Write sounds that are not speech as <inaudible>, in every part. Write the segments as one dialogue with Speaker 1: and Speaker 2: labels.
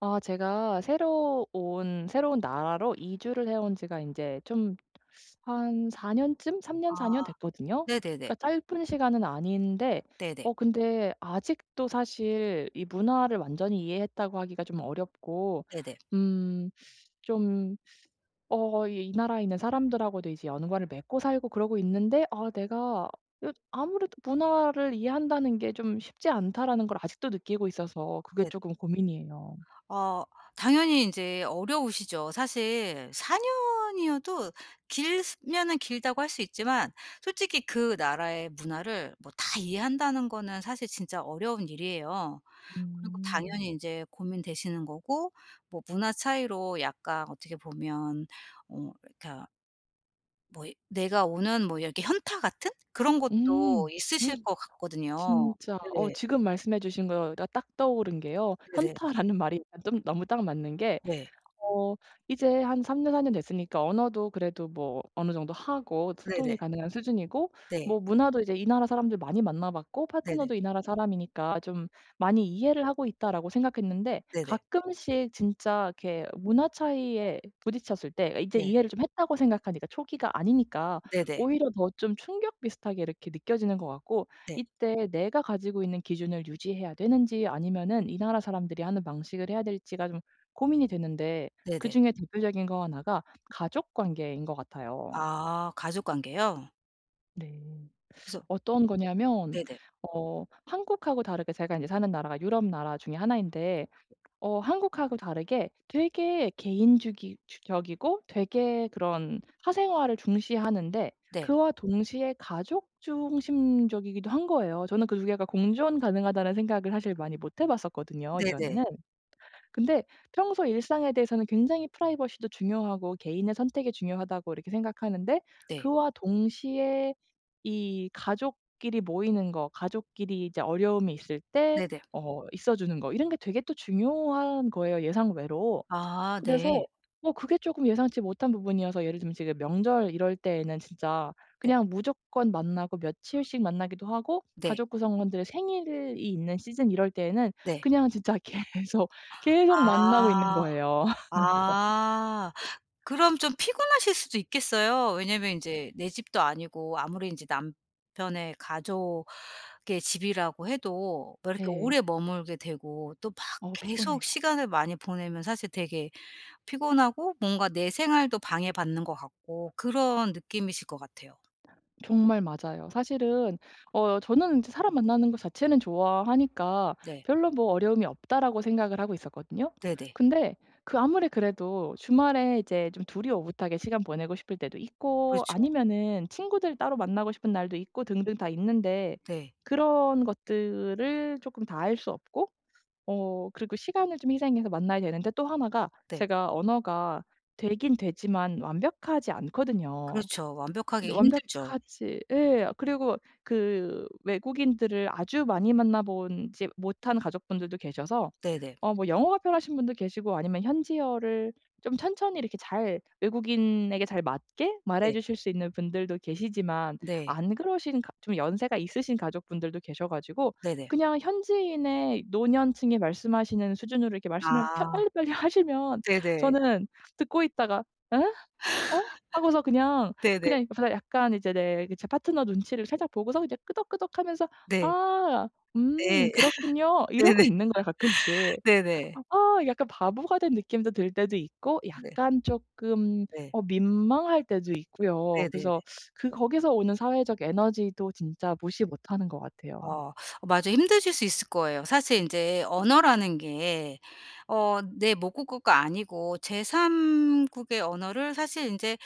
Speaker 1: 제가 새로 온 새로운 나라로 이주를 해온 지가 이제 좀 한 4 년쯤 3년
Speaker 2: 아
Speaker 1: 4년 됐거든요.
Speaker 2: 네네네.
Speaker 1: 그러니까 짧은 시간은 아닌데
Speaker 2: 네네.
Speaker 1: 근데 아직도 사실 이 문화를 완전히 이해했다고 하기가 좀 어렵고
Speaker 2: 네네.
Speaker 1: 음 좀 이 나라에 있는 사람들하고도 이제 연관을 맺고 살고 그러고 있는데 내가 아무래도 '문화를 이해한다는 게 좀 쉽지 않다.'라는 걸 아직도 느끼고 있어서 그게
Speaker 2: 네.
Speaker 1: 조금 고민이에요.
Speaker 2: 어 당연히 인제 어려우시죠. 사실 4 년이어도 길면은 길다고 할 수 있지만 솔직히 그 나라의 문화를 뭐 다 이해한다는 거는 사실 진짜 어려운 일이에요. 그리고
Speaker 1: 음.
Speaker 2: 당연히 인제 고민되시는 거고 뭐 문화 차이로 약간 어떻게 보면 그러니까 뭐 내가 오는 뭐 이렇게 현타 같은 그런 것도
Speaker 1: 음.
Speaker 2: 있으실
Speaker 1: <laughs>
Speaker 2: 것 같거든요.
Speaker 1: 진짜
Speaker 2: 네네.
Speaker 1: 지금 말씀해 주신 거가 딱 떠오른 게요.
Speaker 2: 네네.
Speaker 1: 현타라는 말이 좀 너무 딱 맞는 게
Speaker 2: 네.
Speaker 1: 어 이제 한 3년 4년 됐으니까 언어도 그래도 뭐 어느 정도 하고 소통이
Speaker 2: 네네.
Speaker 1: 가능한 수준이고
Speaker 2: 네.
Speaker 1: 뭐 문화도 이제 이 나라 사람들 많이 만나 봤고
Speaker 2: 네네.
Speaker 1: 파트너도 이 나라 사람이니까 좀 많이 이해를 하고 있다라고 생각했는데
Speaker 2: 네네.
Speaker 1: 가끔씩 진짜 이렇게 문화 차이에 부딪혔을 때 그러니까 이제
Speaker 2: 네.
Speaker 1: 이해를 좀 했다고 생각하니까 초기가 아니니까
Speaker 2: 네네.
Speaker 1: 오히려 더 좀 충격 비슷하게 이렇게 느껴지는 것 같고
Speaker 2: 네.
Speaker 1: 이때 내가 가지고 있는 기준을 유지해야 되는지 아니면은 이 나라 사람들이 하는 방식을 해야 될지가 좀 고민이 되는데
Speaker 2: 네네.
Speaker 1: 그중에 대표적인 거 하나가 가족 관계인 것 같아요.
Speaker 2: 아 가족 관계요?
Speaker 1: 네.
Speaker 2: 그래서
Speaker 1: 어떤 거냐면
Speaker 2: 네네.
Speaker 1: 한국하고 다르게 제가 인제 사는 나라가 유럽 나라 중에 하나인데 한국하고 다르게 되게 개인주기 주 적이고 되게 그런 사생활을 중시하는데
Speaker 2: 네.
Speaker 1: 그와 동시에 가족 중심적이기도 한 거예요. 저는 그 두 개가 공존 가능하다는 생각을 사실 많이 못해 봤었거든요,
Speaker 2: 네네.
Speaker 1: 이전에는. 근데 평소 일상에 대해서는 굉장히 프라이버시도 중요하고 개인의 선택이 중요하다고 이렇게 생각하는데
Speaker 2: 네.
Speaker 1: 그와 동시에 이 가족끼리 모이는 거, 가족끼리 이제 어려움이 있을 때
Speaker 2: 네네.
Speaker 1: 있어 주는 거 이런 게 되게 또 중요한 거예요 예상외로.
Speaker 2: 아 네.
Speaker 1: 그래서 뭐 그게 조금 예상치 못한 부분이어서 예를 들면 지금 명절 이럴 때에는 진짜
Speaker 2: 네.
Speaker 1: 그냥 무조건 만나고 며칠씩 만나기도 하고
Speaker 2: 네.
Speaker 1: 가족 구성원들의 생일이 있는 시즌 이럴 때에는
Speaker 2: 네.
Speaker 1: 그냥 진짜 <laughs> 계속, 계속 만나고
Speaker 2: 아.
Speaker 1: 있는 거예요. <laughs>
Speaker 2: 아. 그럼 좀 피곤하실 수도 있겠어요. 왜냐면 인제 내 집도 아니고 아무리 인제 남편의 가족의 집이라고 해도 뭐 이렇게
Speaker 1: 네.
Speaker 2: 오래 머물게 되고 또 막 계속
Speaker 1: 피곤해요.
Speaker 2: 시간을 많이 보내면 사실 되게 피곤하고 뭔가 내 생활도 방해받는 것 같고 그런 느낌이실 것 같아요.
Speaker 1: 정말 맞아요. 사실은 저는 인제 사람 만나는 것 자체는 좋아하니까
Speaker 2: 네.
Speaker 1: '별로 뭐 어려움이 없다.'라고 생각을 하고 있었거든요.
Speaker 2: 네네.
Speaker 1: 근데 그 아무리 그래도 주말에 이제 좀 둘이 오붓하게 시간 보내고 싶을 때도 있고
Speaker 2: 그렇죠.
Speaker 1: 아니면은 친구들 따로 만나고 싶은 날도 있고 등등 다 있는데
Speaker 2: 네.
Speaker 1: 그런 것들을 쪼끔 다 할 수 없고 그리고 시간을 좀 희생해서 만나야 되는데 또 하나가
Speaker 2: 네.
Speaker 1: 제가 언어가 되긴 되지만 완벽하지 않거든요.
Speaker 2: 그렇죠.
Speaker 1: 근데
Speaker 2: 완벽하게 힘들죠.
Speaker 1: 완벽하지 예. 그리고 그 외국인들을 아주 많이 만나 본지 못한 가족분들도 계셔서
Speaker 2: 네네.
Speaker 1: 뭐 영어가 편하신 분도 계시고 아니면 현지어를 좀 천천히 이렇게 잘 외국인에게 잘 맞게 말해
Speaker 2: 네.
Speaker 1: 주실 수 있는 분들도 계시지만
Speaker 2: 네.
Speaker 1: 안 그러신 가 좀 연세가 있으신 가족분들도 계셔 가지고
Speaker 2: 네네.
Speaker 1: 그냥 현지인의 노년층이 말씀하시는 수준으로 이렇게 말씀을 펴
Speaker 2: 아.
Speaker 1: 빨리빨리 <laughs> 하시면
Speaker 2: 네네.
Speaker 1: 저는 듣고 있다가 응? 어? 하고서
Speaker 2: 네네.
Speaker 1: 그냥 옆에서 약간 이제 내 그 제 파트너 눈치를 살짝 보고서 이제 끄덕끄덕하면서
Speaker 2: 네.
Speaker 1: '아 그렇군요.'
Speaker 2: <laughs> 네.
Speaker 1: 이러고
Speaker 2: 네네.
Speaker 1: 있는 거예요 가끔씩.
Speaker 2: 네네.
Speaker 1: 약간 바보가 된 느낌도 들 때도 있고
Speaker 2: 네.
Speaker 1: 약간 쪼끔
Speaker 2: 네.
Speaker 1: 민망할 때도 있고요.
Speaker 2: 네네.
Speaker 1: 그래서 그 거기서 오는 사회적 에너지도 진짜 무시 못하는 것 같아요.
Speaker 2: 어. 맞아, 힘드실 수 있을 거예요. 사실 인제 언어라는 게 내 모국어가 아니고 제3 국의 언어를 사실 인제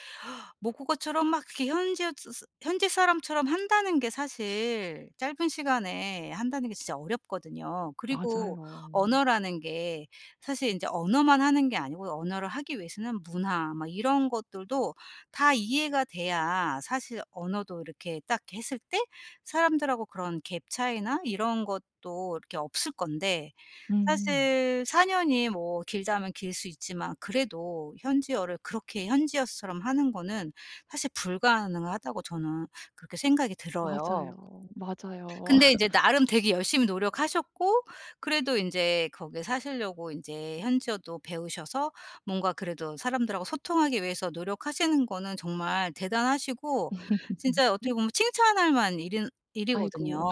Speaker 2: 모국어처럼 막 이렇게 현지 사람처럼 한다는 게 사실 짧은 시간에 한다는 게 진짜 어렵거든요. 그리고
Speaker 1: 맞아요.
Speaker 2: 언어라는 게 사실 인제 언어만 하는 게 아니고 언어를 하기 위해서는 문화 막 이런 것들도 다 이해가 돼야 사실 언어도 이렇게 딱 했을 때 사람들하고 그런 갭 차이나 이런 것도 이렇게 없을 건데
Speaker 1: 음.
Speaker 2: 사실 4 년이 뭐 길다면 길 수 있지만 그래도 현지어를 그렇게 현지어처럼 하는 거는 사실 불가능하다고 저는 그렇게 생각이 들어요.
Speaker 1: 맞아요. 맞아요.
Speaker 2: 근데 이제
Speaker 1: <laughs>
Speaker 2: 나름 되게 열심히 노력하셨고 그래도 인제 거기에 사시려고 인제 현지어도 배우셔서 뭔가 그래도 사람들하고 소통하기 위해서 노력하시는 거는 정말 대단하시고 진짜 어떻게 보면 칭찬할 만한 일인 일이거든요.
Speaker 1: 아이고.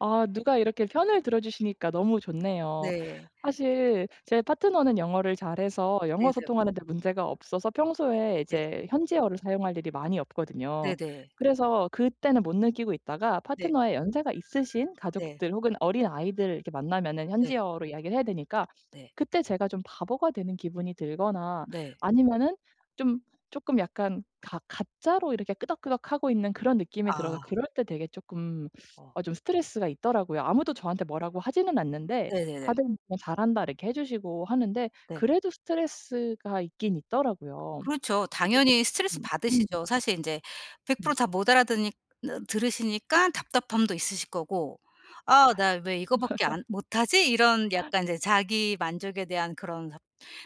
Speaker 1: 누가 이렇게 편을 들어주시니까 너무 좋네요.
Speaker 2: 네.
Speaker 1: 사실 제 파트너는 영어를 잘해서 영어
Speaker 2: 네네.
Speaker 1: 소통하는 데 문제가 없어서 평소에
Speaker 2: 네.
Speaker 1: 이제 현지어를 사용할 일이 많이 없거든요.
Speaker 2: 네네.
Speaker 1: 그래서 그때는 못 느끼고 있다가
Speaker 2: 네.
Speaker 1: 파트너의 연세가 있으신
Speaker 2: 네.
Speaker 1: 가족들 혹은 어린 아이들 이렇게 만나면은
Speaker 2: 네. 네.
Speaker 1: 현지어로 이야기를 해야 되니까
Speaker 2: 네.
Speaker 1: 그때 제가 좀 바보가 되는 기분이 들거나
Speaker 2: 네.
Speaker 1: 아니면은 좀 조금 약간 가 가짜로 이렇게 끄덕끄덕하고 있는 그런 느낌이 들어서
Speaker 2: 아.
Speaker 1: 그럴 때 되게 조금...
Speaker 2: 어.
Speaker 1: 좀 스트레스가 있더라고요. 아무도 저한테 뭐라고 하지는 않는데
Speaker 2: 네네네. 네. 네.
Speaker 1: 다들 그냥 "잘한다." 이렇게 해 주시고 하는데
Speaker 2: 네.
Speaker 1: 그래도 스트레스가 있긴 있더라고요.
Speaker 2: 그렇죠.
Speaker 1: 그래서
Speaker 2: 당연히 스트레스
Speaker 1: 음 음
Speaker 2: 받으시죠. 사실 인제 100%
Speaker 1: 네.
Speaker 2: 다 못 알아듣니 느 들으시니까 답답함도 있으실 거고 '아
Speaker 1: 맞아요.
Speaker 2: 나 왜 이거밖에 안 못하지?' 이런 약간 이제 자기 만족에 대한 그런 답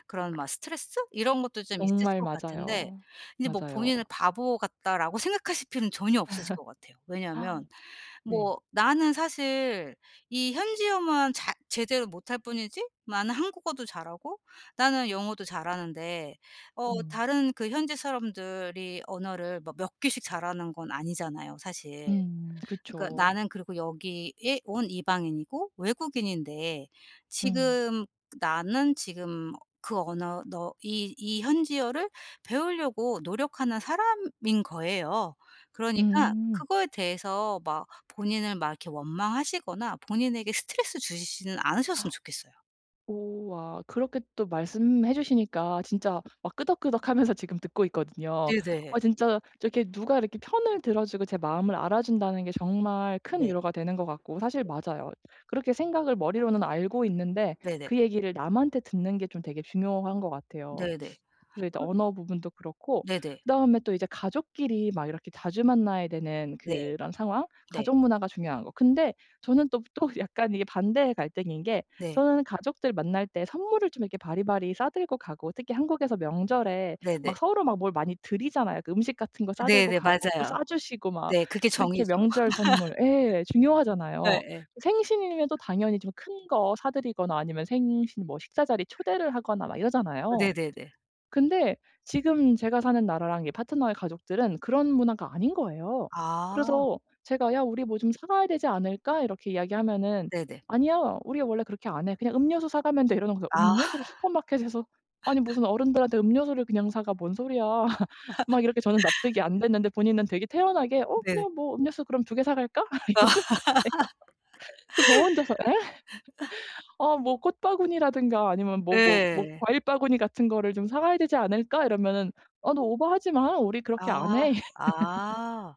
Speaker 2: 그런 막 스트레스 이런 것도 좀 있으실
Speaker 1: 정말
Speaker 2: 것 같은데
Speaker 1: 맞아요.
Speaker 2: 인제 뭐
Speaker 1: 맞아요.
Speaker 2: 본인을 '바보 같다.'라고 생각하실 필요는 전혀 없으실 것 같아요. 왜냐하면
Speaker 1: 네.
Speaker 2: 뭐 나는 사실 이 현지어만 제대로 못할 뿐이지 나는 한국어도 잘하고 나는 영어도 잘하는데
Speaker 1: 음.
Speaker 2: 다른 그 현지 사람들이 언어를 뭐몇 개씩 잘하는 건 아니잖아요 사실.
Speaker 1: 음.
Speaker 2: 그러니까
Speaker 1: 그쵸.
Speaker 2: 나는 그리고 여기에 온 이방인이고 외국인인데
Speaker 1: 음.
Speaker 2: 지금 나는 지금 그 언어 너 이 이 현지어를 배우려고 노력하는 사람인 거예요. 그러니까
Speaker 1: 음.
Speaker 2: 그거에 대해서 막 본인을 막 이렇게 원망하시거나 본인에게 스트레스 주시지는 않으셨으면 좋겠어요.
Speaker 1: 오와 그렇게 또 말씀해 주시니까 진짜 막 끄덕끄덕하면서 지금 듣고 있거든요.
Speaker 2: 네네.
Speaker 1: 진짜 저렇게 누가 이렇게 편을 들어 주고 제 마음을 알아준다는 게 정말 큰
Speaker 2: 네.
Speaker 1: 위로가 되는 것 같고 사실 맞아요. 그렇게 생각을 머리로는 알고 있는데
Speaker 2: 네네.
Speaker 1: 그 얘기를 남한테 듣는 게 좀 되게 중요한 것 같아요.
Speaker 2: 네네.
Speaker 1: 그래서 이제
Speaker 2: 그
Speaker 1: 언어 부분도 그렇고
Speaker 2: 네네.
Speaker 1: 그다음에 또 이제 가족끼리 막 이렇게 자주 만나야 되는
Speaker 2: 네.
Speaker 1: 그런 상황,
Speaker 2: 네.
Speaker 1: 가족 문화가 중요한 거. 근데 저는 또 <laughs> 약간 이게 반대의 갈등인 게
Speaker 2: 네.
Speaker 1: 저는 가족들 만날 때 선물을 좀 이렇게 바리바리 싸들고 가고 특히 한국에서 명절에 막
Speaker 2: 네네.
Speaker 1: 서로 막 뭘 많이 드리잖아요. 그 음식 같은 거 싸들고
Speaker 2: 네네.
Speaker 1: 가고 또
Speaker 2: 맞아요.
Speaker 1: 싸주시고 막
Speaker 2: 네. 그게
Speaker 1: 그렇게
Speaker 2: 정이죠.
Speaker 1: 명절 선물 예 중요하잖아요.
Speaker 2: 예예.
Speaker 1: 생신이면 또 당연히 좀 큰 거 사드리거나 아니면 생신 뭐 식사 자리 초대를 하거나 막 이러잖아요.
Speaker 2: 네네네.
Speaker 1: 근데 지금 제가 사는 나라랑 이 파트너의 가족들은 그런 문화가 아닌 거예요.
Speaker 2: 아
Speaker 1: 그래서 제가 "야 우리 뭐 좀 사 가야 되지 않을까?" 이렇게 이야기하면은
Speaker 2: 네네.
Speaker 1: "아니야. 우리 원래 그렇게 안 해. 그냥 음료수 사 가면 돼." 이러는 거예요.
Speaker 2: 아
Speaker 1: 음료수를
Speaker 2: <laughs>
Speaker 1: 슈퍼마켓에서 아니 무슨 어른들한테 음료수를 그냥 사가 뭔 소리야. <laughs> 막 이렇게 저는 납득이 안 됐는데 본인은 되게 태연하게 "어
Speaker 2: 네네.
Speaker 1: 그냥 뭐 음료수 그럼 두 개 사 갈까?" <laughs> 이러는
Speaker 2: 아
Speaker 1: 거예요. 저 혼자서 뭐 '꽃바구니라든가 아니면 뭐
Speaker 2: 예.
Speaker 1: 과일 바구니 같은 거를 좀 사 가야 되지 않을까?' 이러면은 "아 너 오버하지 마. 우리 그렇게 안
Speaker 2: 아.
Speaker 1: 해." <laughs>
Speaker 2: 아.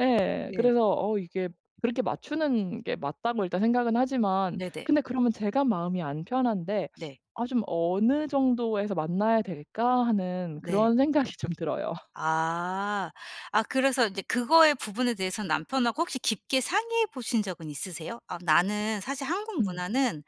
Speaker 1: 예.
Speaker 2: 예.
Speaker 1: 그래서 이게 그렇게 맞추는 게 맞다고 일단 생각은 하지만
Speaker 2: 네네.
Speaker 1: 근데 그러면 제가 마음이 안 편한데
Speaker 2: 네.
Speaker 1: '아 좀 어느 정도에서 만나야 될까?' 하는
Speaker 2: 네.
Speaker 1: 그런 생각이 좀 들어요.
Speaker 2: 아. 아 그래서 인제 그거의 부분에 대해서 남편하고 혹시 깊게 상의해 보신 적은 있으세요? "아 나는 사실 한국
Speaker 1: 음.
Speaker 2: 문화는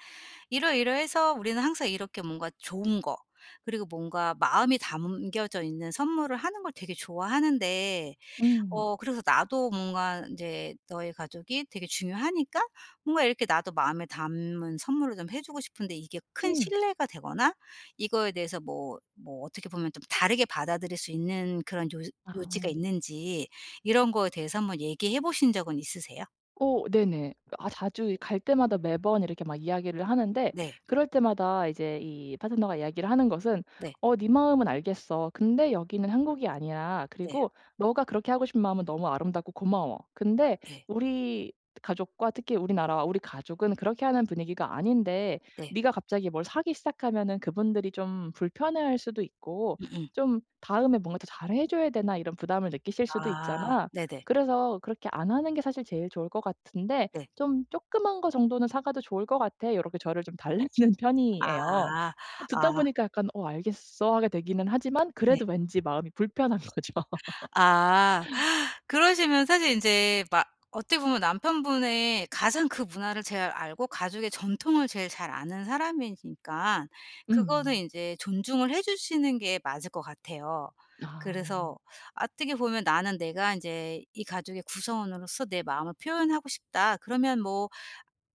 Speaker 2: 이러이러해서 우리는 항상 이렇게 뭔가 좋은 거 그리고 뭔가 마음이 담겨져 있는 선물을 하는 걸 되게 좋아하는데
Speaker 1: 음.
Speaker 2: 그래서 나도 뭔가 인제 너의 가족이 되게 중요하니까 뭔가 이렇게 나도 마음에 담은 선물을 좀 해 주고 싶은데 이게 큰
Speaker 1: 음.
Speaker 2: 신뢰가 되거나 이거에 대해서 뭐 어떻게 보면 좀 다르게 받아들일 수 있는 그런 요 요지가
Speaker 1: 아.
Speaker 2: 있는지 이런 거에 대해서 한번 얘기해 보신 적은 있으세요?
Speaker 1: 네네. 자주 갈 때마다 매번 이렇게 막 이야기를 하는데
Speaker 2: 네.
Speaker 1: 그럴 때마다 이제 이 파트너가 이야기를 하는 것은
Speaker 2: 네.
Speaker 1: "어 네 마음은 알겠어. 근데 여기는 한국이 아니야.
Speaker 2: 네.
Speaker 1: 그리고 너가 그렇게 하고 싶은 마음은 너무 아름답고 고마워. 근데
Speaker 2: 예.
Speaker 1: 우리 가족과 특히 우리나라와 우리 가족은 그렇게 하는 분위기가 아닌데
Speaker 2: 네.
Speaker 1: 네가 갑자기 뭘 사기 시작하면은 그분들이 좀 불편해할 수도 있고
Speaker 2: 음음.
Speaker 1: 좀 다음에 뭔가 더 잘해 줘야 되나 이런 부담을 느끼실 수도
Speaker 2: 아.
Speaker 1: 있잖아.
Speaker 2: 네네.
Speaker 1: 그래서 그렇게 안 하는 게 사실 제일 좋을 것 같은데
Speaker 2: 네.
Speaker 1: 좀 "조그만 거 정도는 사가도 좋을 것 같아." 요렇게 저를 좀 달래주는 <laughs> 편이에요.
Speaker 2: 아.
Speaker 1: 듣다
Speaker 2: 아.
Speaker 1: 보니까 약간 '어 알겠어.' 하게 되기는 하지만
Speaker 2: 네.
Speaker 1: 그래도 왠지 마음이 불편한 <laughs> 거죠.
Speaker 2: 아. 그러시면 사실 인제 막 어떻게 보면 남편분의 가장 그 문화를 잘 알고 가족의 전통을 제일 잘 아는 사람이니까 그거는
Speaker 1: 음.
Speaker 2: 인제 존중을 해 주시는 게 맞을 것 같아요.
Speaker 1: 아.
Speaker 2: 그래서 어떻게 보면 '나는 내가 인제 이 가족의 구성원으로서 내 마음을 표현하고 싶다.' 그러면 뭐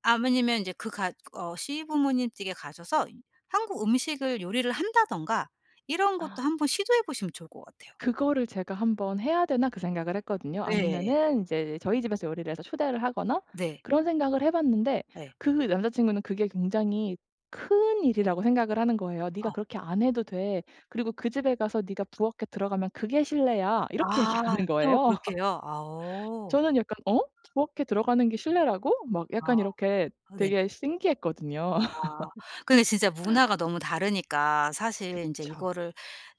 Speaker 2: 아니면 인제 그 가 어 시부모님 댁에 가셔서 한국 음식을 요리를 한다든가 이런 것도 한번 시도해 보시면 좋을 것 같아요.
Speaker 1: 그거를 제가 '한번 해야 되나?' 그 생각을 했거든요.
Speaker 2: 예.
Speaker 1: 아니면은 이제 저희 집에서 요리를 해서 초대를 하거나
Speaker 2: 네.
Speaker 1: 그런 생각을 해 봤는데
Speaker 2: 네.
Speaker 1: 그 남자 친구는 그게 굉장히 큰 일이라고 생각을 하는 거예요. "네가
Speaker 2: 어.
Speaker 1: 그렇게 안 해도 돼. 그리고 그 집에 가서 네가 부엌에 들어가면 그게 실내야." 이렇게
Speaker 2: 아
Speaker 1: 얘기하는
Speaker 2: 또
Speaker 1: 거예요.
Speaker 2: 그렇게
Speaker 1: <laughs>
Speaker 2: 해요? 아 어.
Speaker 1: 저는 약간 '어? 부엌에 들어가는 게 실내라고?' 막 약간 이렇게
Speaker 2: 아 네.
Speaker 1: 되게 신기했거든요.
Speaker 2: 아. 그게 진짜 문화가 너무 다르니까 사실 인제
Speaker 1: <laughs>
Speaker 2: 이거를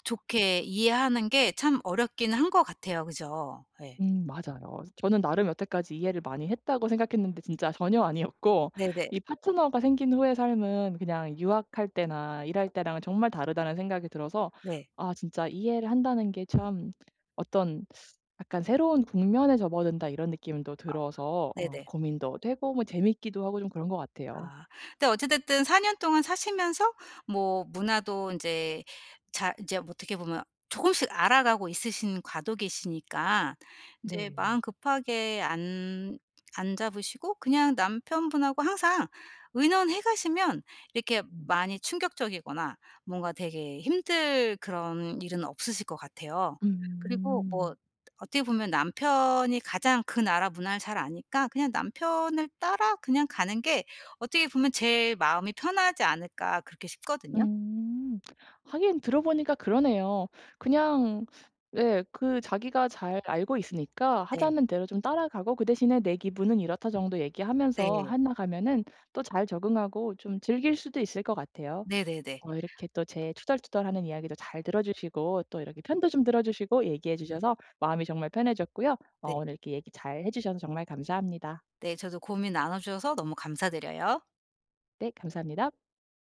Speaker 2: 좋게 이해하는 게 참 어렵긴 한 것 같아요. 그죠? 예.
Speaker 1: 맞아요. 저는 나름 여태까지 이해를 많이 했다고 생각했는데 진짜 전혀 아니었고
Speaker 2: 네네.
Speaker 1: 이 파트너가 생긴 후의 삶은 그냥 유학할 때나 일할 때랑은 정말 다르다는 생각이 들어서
Speaker 2: 네.
Speaker 1: 진짜 이해를 한다는 게 참 어떤 약간 '새로운 국면에 접어든다.' 이런 느낌도 들어서
Speaker 2: 네네.
Speaker 1: 고민도 되고 뭐 재밌기도 하고 좀 그런 것 같아요.
Speaker 2: 아. 근데 어찌 됐든 4년 동안 사시면서 뭐 문화도 인제 자 이제 뭐 어떻게 보면 조금씩 알아가고 있으신 과도기시니까 인제
Speaker 1: 네.
Speaker 2: 마음 급하게 안 잡으시고 그냥 남편분하고 항상 의논해 가시면 이렇게
Speaker 1: 음.
Speaker 2: 많이 충격적이거나 뭔가 되게 힘들 그런 일은 없으실 것 같아요. 그리고
Speaker 1: 음.
Speaker 2: 뭐 어떻게 보면 남편이 가장 그 나라 문화를 잘 아니까 그냥 남편을 따라 그냥 가는 게 어떻게 보면 제 마음이 편하지 않을까 그렇게 싶거든요.
Speaker 1: 음. 하긴 들어보니까 그러네요. 그냥 예 그 자기가 잘 알고 있으니까
Speaker 2: 네.
Speaker 1: 하자는 대로 좀 따라가고 그 대신에 "내 기분은 이렇다." 정도 얘기하면서
Speaker 2: 네.
Speaker 1: 해 나가면은 또 잘 적응하고 좀 즐길 수도 있을 것 같아요.
Speaker 2: 네네네.
Speaker 1: 이렇게 또 제 투덜투덜하는 이야기도 잘 들어 주시고 또 이렇게 편도 좀 들어 주시고 얘기해 주셔서 마음이 정말 편해졌고요.
Speaker 2: 네.
Speaker 1: 오늘 이렇게 얘기 잘 해 주셔서 정말 감사합니다.
Speaker 2: 네. 저도 고민 나눠 주셔서 너무 감사드려요.
Speaker 1: 네 감사합니다.